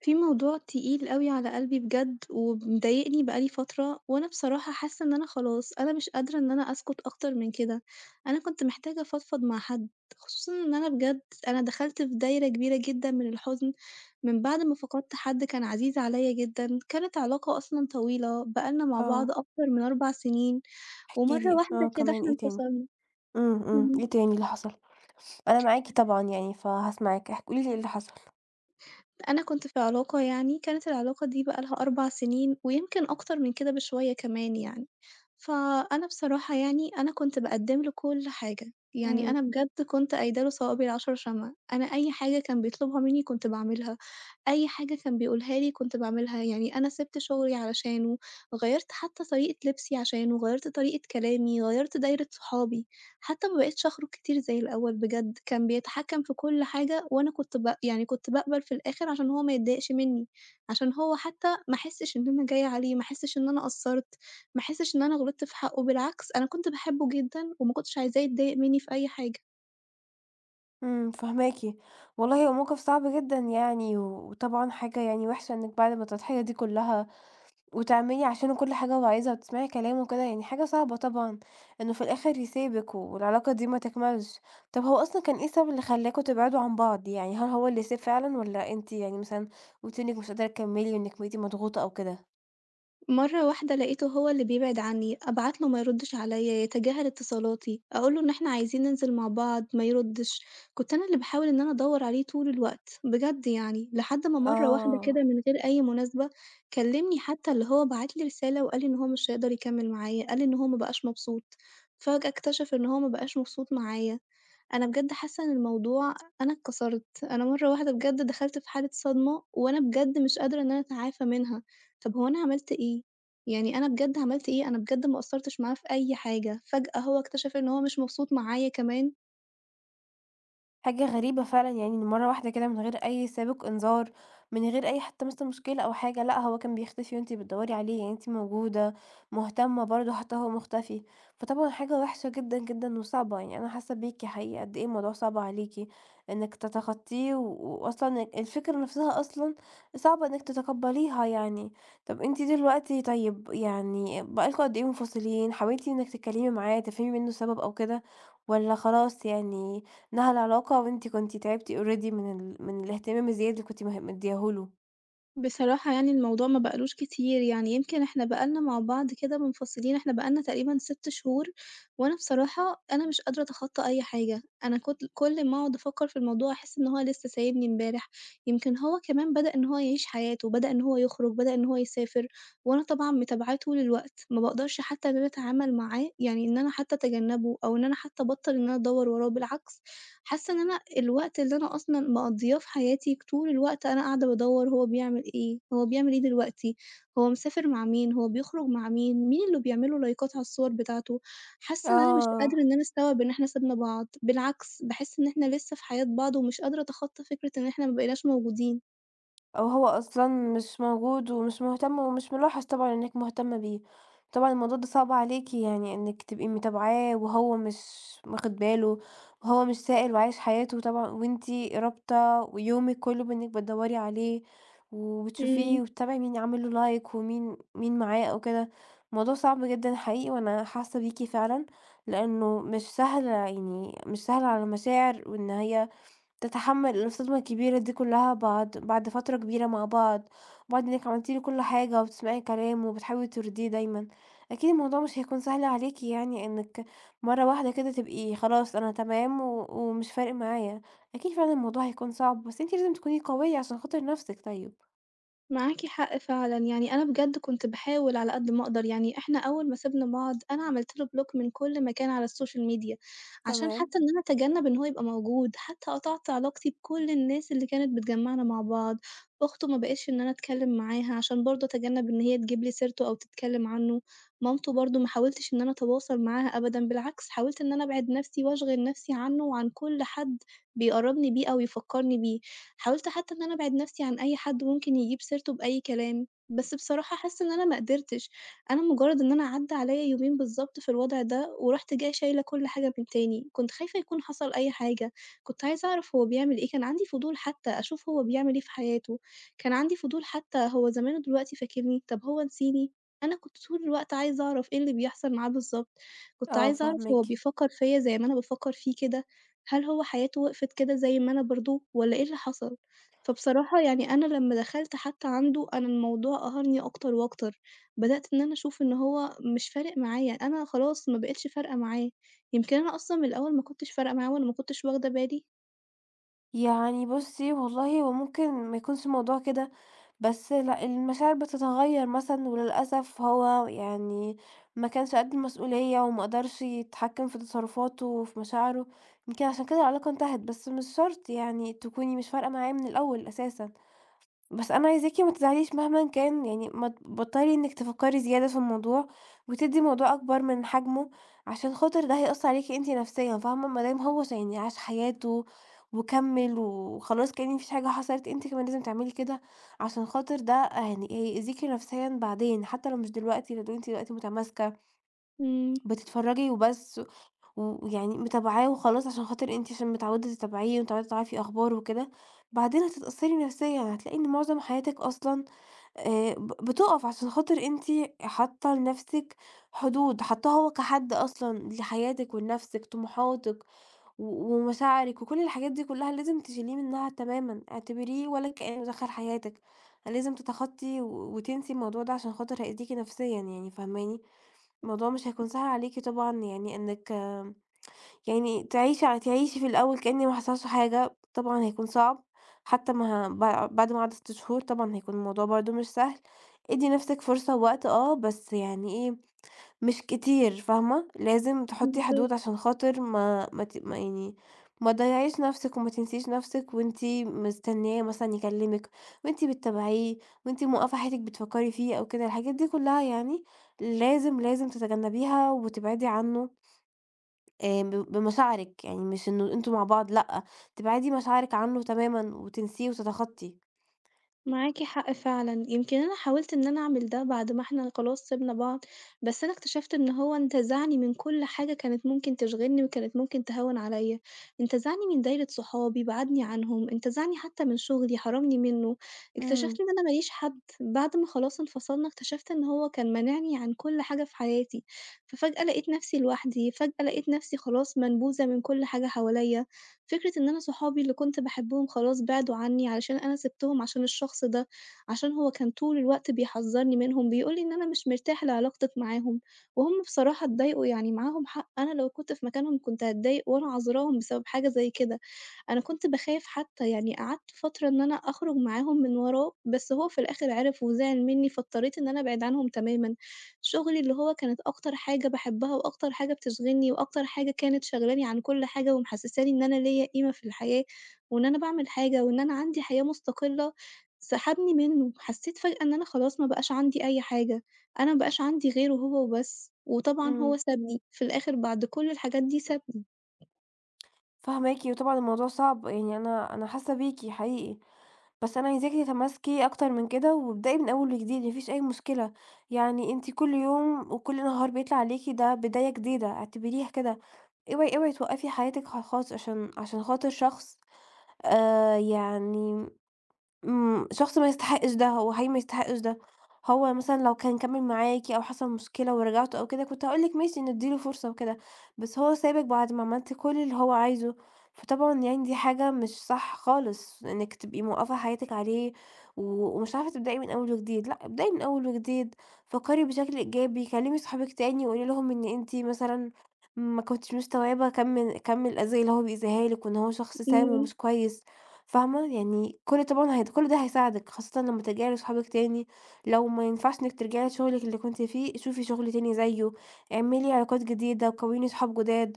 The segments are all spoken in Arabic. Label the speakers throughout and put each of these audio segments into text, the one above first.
Speaker 1: في موضوع تقيل أوي على قلبي بجد، ومضايقني بقى لي فترة، وأنا بصراحة حاسة إن أنا خلاص، أنا مش قادرة إن أنا أسكت أكتر من كده، أنا كنت محتاجة أفضفض مع حد، خصوصًا إن أنا بجد أنا دخلت في دايرة كبيرة جدًا من الحزن، من بعد ما فقدت حد كان عزيز عليَّ جدًا، كانت علاقة أصلًا طويلة، بقالنا مع
Speaker 2: آه،
Speaker 1: بعض أكتر من 4 سنين،
Speaker 2: احكِ
Speaker 1: ومرة
Speaker 2: لي، آه
Speaker 1: واحدة كده
Speaker 2: كمان
Speaker 1: إحنا
Speaker 2: إيه تاني؟
Speaker 1: انفصلنا.
Speaker 2: إمم، إمم،
Speaker 1: إمم.
Speaker 2: إيه تاني اللي حصل؟ أنا معاكِ طبعًا يعني، فهاسمعِك، قولي لي إيه اللي حصل.
Speaker 1: أنا كنت في علاقة كانت العلاقة دي بقى لها 4 سنين ويمكن أكتر من كده بشوية كمان يعني، فأنا بصراحة يعني أنا كنت باقدّم له كل حاجة، يعني
Speaker 2: إمم،
Speaker 1: أنا بجد كنت قايلة له صوابي العشر شمع، أنا أي حاجة كان بيطلبها مني كنت باعملها، أي حاجة كان بيقولها لي كنت باعملها، يعني أنا سِبت شغلي علشانه، غيّرت حتى طريقة لبسي عشانه، غيّرت طريقة كلامي، غيّرت دايرة صحابي. حتى ما بقيتش أخرج كتير زي الأول بجد، كان بيتحكم في كل حاجة وأنا كنت ب يعني كنت باقبل في الآخر عشان هو ما يتضايقش منّي، عشان هو حتى ما أحسّش إن أنا جاية عليه، ما أحسّش إن أنا قصّرت، ما أحسّش إن أنا غلطت في حقّه، بالعكس أنا كنت باحبه جدًا وما كنتش عايزاه يتضايق منّي في أي حاجة.
Speaker 2: إمم، فاهماكِ، والله هو موقف صعب جدًا يعني، و- وطبعًا حاجة يعني وحشة إنِّك بعد ما التضحية دي كلّها، وتعملي عشانه كل حاجة هو عايزها، وتسمعي كلامه وكده، يعني حاجة صعبة طبعًا، إنه في الآخر يسيبِك والعلاقة دي ما تكملش. طب هو أصلًا كان إيه السبب اللي خلّاكم تبعدوا عن بعض؟ يعني هل هو اللي ساب فعلًا والّا أنتِ يعني مثلًا قُلتِ إنِّك مش قادرة تكمّلي وإنِّك بقيتِ مضغوطة أو كده؟
Speaker 1: مرة واحدة لقيته هو اللي بيبعد عني، أبعت له ما يردش عليا، يتجاهل اتصالاتي، أقول له إن إحنا عايزين ننزل مع بعض ما يردش، كنت أنا اللي باحاول إن أنا أدور عليه طول الوقت بجد يعني، لحد ما مرة واحدة كده
Speaker 2: آه.
Speaker 1: من غير أي مناسبة كلمني حتى اللي هو بعت لي رسالة وقال لي إن هو مش هيقدر يكمل معايا، قال لي إن هو ما بقاش مبسوط، فجأة اكتشف إن هو ما بقاش مبسوط معايا. أنا بجد حاسة إن الموضوع أنا اتكسرت، أنا مرة واحدة بجد دخلت في حالة صدمة، وأنا بجد مش قادرة إن أنا أتعافى منها، طب هو أنا عملت إيه؟ يعني أنا بجد عملت إيه؟ أنا بجد ما قصّرتش معاه في أي حاجة، فجأة هو اكتشف إن هو مش مبسوط معايا كمان.
Speaker 2: حاجة غريبة فعلًا يعني إن مرة واحدة كده من غير أي سابق إنذار، من غير أي حتى مثلًا مشكلة أو حاجة، لأ هو كان بيختفي وأنتِ بتدوري عليه، يعني أنتِ موجودة، مهتمة برضه حتى هو مختفي، فطبعًا حاجة وحشة جدًا، جدًا وصعبة، يعني أنا حاسة بيكِ حقيقي قد إيه الموضوع صعب عليكِ إنِك تتخطيه، و- وأصلًا الفكرة نفسها أصلًا صعب إنِك تتقبليها يعني. طب أنتِ دلوقتي طيب يعني بقى لكم قد إيه منفصلين؟ حاولتِ إنِك تتكلمي معاه تفهمي منه السبب أو كده، والّا خلاص يعني إنها العلاقة وأنتِ كنتِ تعبتِ already من من الاهتمام الزيادة اللي كنتِ مدياه له.
Speaker 1: بصراحة يعني الموضوع ما بقالوش كتير، يعني يمكن إحنا بقى لنا مع بعض كده منفصلين، إحنا بقى لنا تقريبًا 6 شهور، وأنا بصراحة أنا مش قادرة أتخطى أي حاجة، أنا كت كل ما أقعد أفكر في الموضوع أحس إن هو لسه سايبني امبارح، يمكن هو كمان بدأ إن هو يعيش حياته، بدأ إن هو يخرج، بدأ إن هو يسافر، وأنا طبعًا متابعاه طول الوقت، ما باقدرش حتى إن أنا أتعامل معاه، يعني إن أنا حتى أتجنبه أو إن أنا حتى أبطل إن أنا أدوّر وراه، بالعكس. حاسة إن أنا الوقت اللي أنا أصلًا مقضياه في حياتي طول الوقت أنا قاعدة بادوّر هو بيعمل إيه، هو بيعمل إيه دلوقتي، هو مسافر مع مين، هو بيخرج مع مين، مين اللي بيعمل له لايكات على الصور بتاعته، حاسة إن أنا مش قادرة
Speaker 2: آه.
Speaker 1: إن أنا أستوعب إن إحنا سيبنا بعض، بالعكس باحس إن إحنا لسه في حياة بعض ومش قادرة أتخطى فكرة إن إحنا ما بقيناش موجودين.
Speaker 2: أو هو أصلًا مش موجود ومش مهتم ومش ملاحظ طبعًا إنِّك مهتمة بيه، طبعًا الموضوع ده صعب عليكِ يعني إنِّك تبقي متابعاه وهو مش واخد باله، وهو مش سائل وعايش حياته طبعًا وأنتِ رابطة ويومِك كُلّه بإنِّك بتدوّري عليه وبتشوفيه
Speaker 1: إمم،
Speaker 2: وبتتابعي مين عامل له like ومين معاه أو كده، الموضوع صعب جدًا حقيقي وأنا حاسة بيكِ فعلًا، لإنه مش سهل يعني مش سهل على المشاعر وإن هي تتحمّل الصدمة الكبيرة دي كلّها بعد فترة كبيرة مع بعض، بعد إنِّك عملتِ له كل حاجة وبتسمعي كلامه وبتحاولي ترضيه دايمًا، أكيد الموضوع مش هيكون سهل عليكِ يعني إنِّك مرّة واحدة كده تبقي خلاص أنا تمام و ومش فارق معايا، أكيد فعلًا الموضوع هيكون صعب، بس أنتِ لازم تكوني قوية عشان خاطر نَفْسِك طيب.
Speaker 1: معاكِ حق فعلًا، يعني أنا بجد كنت باحاول على قد ما أقدر، يعني إحنا أول ما سِبنا بعض أنا عملت له بلوك من كل مكان على السوشيال ميديا، عشان
Speaker 2: تمام،
Speaker 1: حتى إن أنا أتجنب إن هو يبقى موجود، حتى قطعت علاقتي بكل الناس اللي كانت بتجمعنا مع بعض، أخته ما بقيتش إن أنا أتكلم معاها عشان برضه أتجنب إن هي تجيب لي سيرته أو تتكلم عنه، مامته برضه ما حاولتش إن أنا أتواصل معاها أبدًا، بالعكس حاولت إن أنا أبعد نفسي وأشغل نفسي عنه وعن كل حد بيقرّبني بيه أو يفكّرني بيه. حاولت حتى إن أنا أبعد نفسي عن أي حد ممكن يجيب سيرته بأي كلام، بس بصراحة حاسة إن أنا ما قدرتش، أنا مجرد إن أنا عدّى عليَّ يومين بالضبط في الوضع ده، ورُحت جاية شايلة كل حاجة من تاني، كنت خايفة يكون حصل أي حاجة، كنت عايزة أعرف هو بيعمل إيه، كان عندي فضول حتى أشوف هو بيعمل إيه في حياته، كان عندي فضول حتى هو زمان ودلوقتي فاكرني، طب هو نسيني؟ أنا كنت طول الوقت عايزة أعرف إيه اللي بيحصل معاه بالضبط، كنت
Speaker 2: آه
Speaker 1: عايزة أعرف هو
Speaker 2: فاهماكِ.
Speaker 1: بيفكر فيَّ زي ما أنا بافكر فيه كده؟ هل هو حياته وقفت كده زي ما أنا برضه والّا إيه اللي حصل؟ فبصراحة يعني أنا لمّا دخلت حتى عنده، أنا الموضوع قهرني أكتر وأكتر، بدأت إن أنا أشوف إن هو مش فارق معايا، أنا خلاص ما بقيتش فارقة معاه، يمكن أنا أصلًا من الأول ما كنتش فارقة معاه وأنا ما كنتش واخدة بالي.
Speaker 2: يعني بُصّي، والله هو ممكن ما يكونش الموضوع كده، بس لأ المشاعر بتتغيّر مثلًا وللأسف هو يعني ما كانش قد المسؤولية وما قدرش يتحكّم في تصرفاته وفي مشاعره، يمكن عشان كده العلاقة انتهت، بس مش شرط يعني تكوني مش فارقة معاه من الأول أساسًا. بس أنا عايزاكِ ما تزعليش مهمًا كان، يعني ما تبطّلي إنِّك تفكّري زيادة في الموضوع، وتدّي الموضوع أكبر من حجمه، عشان خاطر ده هيأثّر عليكِ أنتِ نفسيًا، فاهمة؟ ما دام هو يعني عاش حياته وكمّل وخلاص كإن ما فيش حاجة حصلت، أنتِ كمان لازم تعملي كده، عشان خاطر ده يعني هيأذيكِ نفسيًا بعدين، حتى لو مش دلوقتي، لو أنتِ دلوقتي متماسكة
Speaker 1: إمم،
Speaker 2: بتتفرّجي وبس، ويعني متابعاه وخلاص عشان خاطر أنتِ عشان متعودة تتابعيه ومتعودة تعرفي أخباره وكده، بعدين هتتأثّري نفسيًا، هتلاقي إن معظم حياتِك أصلًا ب بتُقف عشان خاطر أنتِ حاطة لنَفْسِك حدود، حاطاها هو كحد أصلًا لحياتِك ولنَفْسِك، طموحاتِك و ومشاعرِك وكل الحاجات دي كُلّها لازم تشيليه منها تمامًا، اعتبريه ولا كإنه دخل حياتِك، لازم تتخطّي وتنسي الموضوع ده عشان خاطر هيأذيكِ نَفْسيًا يعني فاهماني؟ الموضوع مش هيكون سهل عليكِ طبعًا يعني إنِّك يعني تعيشي في الأول كإن ما حصلش حاجة، طبعًا هيكون صعب، حتى مع ب بعد ما عدّت 6 شهور طبعًا هيكون الموضوع برضه مش سهل، ادّي نَفْسِك فرصة ووقت آه، بس يعني إيه، مش كتير فاهمة، لازم تحطّي
Speaker 1: بالضبط.
Speaker 2: حدود عشان خاطر ما ما ت ما يعني ما تضيّعيش نَفْسِك وما تنسيش نَفْسِك وأنتِ مستنياه مثلًا يكلمِك وأنتِ بتتابعيه وأنتِ موقّفة حياتِك بتفكّري فيه أو كده، الحاجات دي كُلّها يعني لازم تتجنّبيها وتبعدي عنّه. ب بمشاعرِك، يعني مش إنه أنتم مع بعض لأ، تبعدي مشاعرِك عنه تمامًا وتنسيه وتتخطّي.
Speaker 1: معاكِ حق فعلًا، يمكن أنا حاولت إن أنا أعمل ده بعد ما إحنا خلاص سِبنا بعض، بس أنا اكتشفت إن هو انتزعني من كل حاجة كانت ممكن تشغلني وكانت ممكن تهوّن عليّا، انتزعني من دايرة صحابي، بعدني عنهم، انتزعني حتى من شغلي، حرمني منه،
Speaker 2: إمم،
Speaker 1: اكتشفت إن أنا ما ليش حد، بعد ما خلاص انفصلنا اكتشفت إن هو كان مانعني عن كل حاجة في حياتي، ففجأة لقيت نفسي لوحدي، فجأة لقيت نفسي خلاص منبوذة من كل حاجة حواليّا. فكرة إن أنا صحابي اللي كنت باحبهم خلاص بعدوا عني، علشان أنا سِبتهم عشان الشخص ده، عشان هو كان طول الوقت بيحذّرني منهم، بيقول لي إن أنا مش مرتاح لعلاقتك معاهم، وهُم بصراحة اتضايقوا يعني معاهم حق، أنا لو كنت في مكانهم كنت هاتضايق وأنا عذراهم بسبب حاجة زي كده. أنا كنت باخاف حتى، يعني قعدت فترة إن أنا أخرج معاهم من وراه، بس هو في الآخر عِرف وزعل منّي، فاضطريت إن أنا أبعد عنهم تمامًا. شغلي اللي هو كانت أكتر حاجة باحبها وأكتر حاجة بتشغلني وأكتر حاجة كانت شاغلاني عن كل حاجة ومحسّساني إن أنا ليّا قيمة في الحياة وإن أنا باعمل حاجة وإن أنا عندي حياة مستقلة، سحبني منّه. حسّيت فجأة إن أنا خلاص ما بقاش عندي أي حاجة، أنا ما بقاش عندي غيره هو وبس، وطبعًا هو
Speaker 2: إمم،
Speaker 1: سابني، في الآخر بعد كل الحاجات دي سابني.
Speaker 2: فاهماكِ، وطبعًا الموضوع صعب، يعني أنا حاسة بيكِ حقيقي، بس أنا عايزاكِ تتماسكي أكتر من كده وابدئي من أول وجديد، ما فيش أي مشكلة، يعني أنتِ كل يوم وكل نهار بيطلع عليكِ ده بداية جديدة، اعتبريها كده، اوعي توقّفي حياتِك خالص عشان خاطر شخص آآ يعني إمم، شخص ما يستحقش ده، هو حقيقي ما يستحقش ده. هو مثلًا لو كان كمّل معاكِ أو حصل مشكلة ورجعتوا أو كده، كنت هاقول لِك ماشي ندّي له فرصة وكده، بس هو سابِك بعد ما عملتِ كل اللي هو عايزه، فطبعًا يعني دي حاجة مش صح خالص إنِّك تبقي موقّفة حياتِك عليه و ومش عارفة تبدئي من أول وجديد، لأ، ابدئي من أول وجديد، فكّري بشكل إيجابي، كلّمي صحابِك تاني وقولي لهم إن أنتِ مثلًا ما كنتيش مستوعبة كَم الأذية اللي هو بيأذيها لِك وإن هو شخص سام
Speaker 1: إمم،
Speaker 2: ومش كويس. فاهمة، يعني كل طبعًا هي كل ده هيساعدِك، خاصةً لمّا ترجعي لصحابِك تاني، لو ما ينفعش إنِّك ترجعي لشغلِك اللي كنتِ فيه، شوفي شغل تاني زيه، اعملي علاقات جديدة، كوّني صحاب جداد،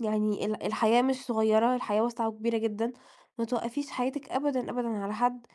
Speaker 2: يعني الحياة مش صغيرة، الحياة واسعة وكبيرة جدًا، ما توقّفيش حياتِك أبدًا، أبدًا على حد.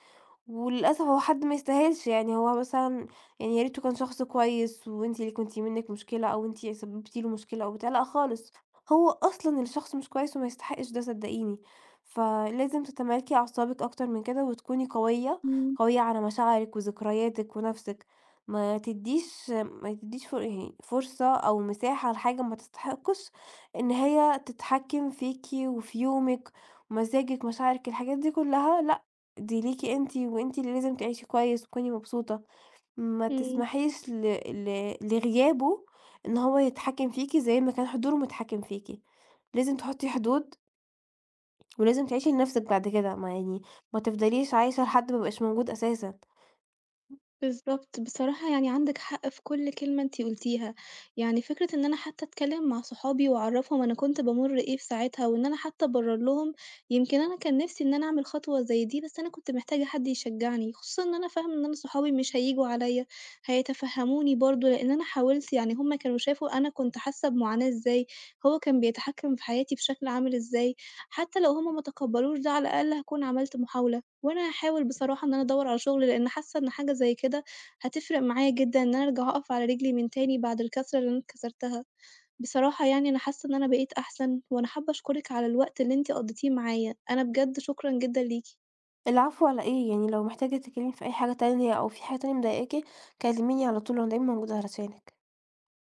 Speaker 2: وللأسف هو حد ما يستاهلش، يعني هو مثلًا يعني يا ريته كان شخص كويس وأنتِ اللي كنتِ منِّك مشكلة أو أنتِ سببتِ له مشكلة أو بتاع، لأ خالص، هو أصلًا الشخص مش كويس وما يستحقش ده صدقيني، فلازم تتمالكي أعصابِك أكتر من كده وتكوني قوية،
Speaker 1: إمم،
Speaker 2: قوية على مشاعرِك وذكرياتِك ونَفْسِك، ما تدّيش يعني فرصة أو مساحة لحاجة ما تستحقش إن هي تتحكِّم فيكِ وفي يومِك، مزاجِك، مشاعرِك، الحاجات دي كلها دي ليكِ أنتِ، وأنتِ اللي لازم تعيشي كويس وتكوني مبسوطة، ما
Speaker 1: إمم.
Speaker 2: تسمحيش ل ل لغيابه إن هو يتحكم فيكِ زي ما كان حضوره متحكم فيكِ، لازم تحطي حدود، ولازم تعيشي لنفسِك بعد كده، ما يعني ما تفضليش عايشة لحد ما يبقاش موجود أساسًا.
Speaker 1: بالضبط، بصراحة يعني عندِك حق في كل كلمة أنتِ قُلتيها، يعني فكرة إن أنا حتى أتكلّم مع صحابي وأعرّفهم أنا كنت بامُر إيه في ساعتها، وإن أنا حتى أبرّر لهم، يمكن أنا كان نِفْسي إن أنا أعمل خطوة زي دي، بس أنا كنت محتاجة حد يشجّعني، خصوصًا إن أنا فاهمة إن أنا صحابي مش هييجوا عليّا، هيتفهّموني برضه، لإن أنا حاولت يعني هُم كانوا شافوا أنا كنت حاسة بمعاناة إزاي، هو كان بيتحكّم في حياتي بشكل عامل إزاي، حتى لو هُم ما تقبّلوش ده على الأقل هاكون عملت محاولة. وأنا هاحاول بصراحة إن أنا أدوّر على شغل، لإن حاسة إن حاجة زي كده هتفرق معايا جدًا، إن أنا أرجع أقف على رجلي من تاني بعد الكسرة اللي أنا اتكسرتها. بصراحة يعني أنا حاسة إن أنا بقيت أحسن، وأنا حابة أشكرِك على الوقت اللي أنتِ قضيتيه معايا، أنا بجد شكرًا جدًا ليكِ.
Speaker 2: العفو على إيه، يعني لو محتاجة تتكلمي في أي حاجة تانية أو في حاجة تانية مضايقاكِ كلميني على طول، أنا دايمًا موجودة علشانِك.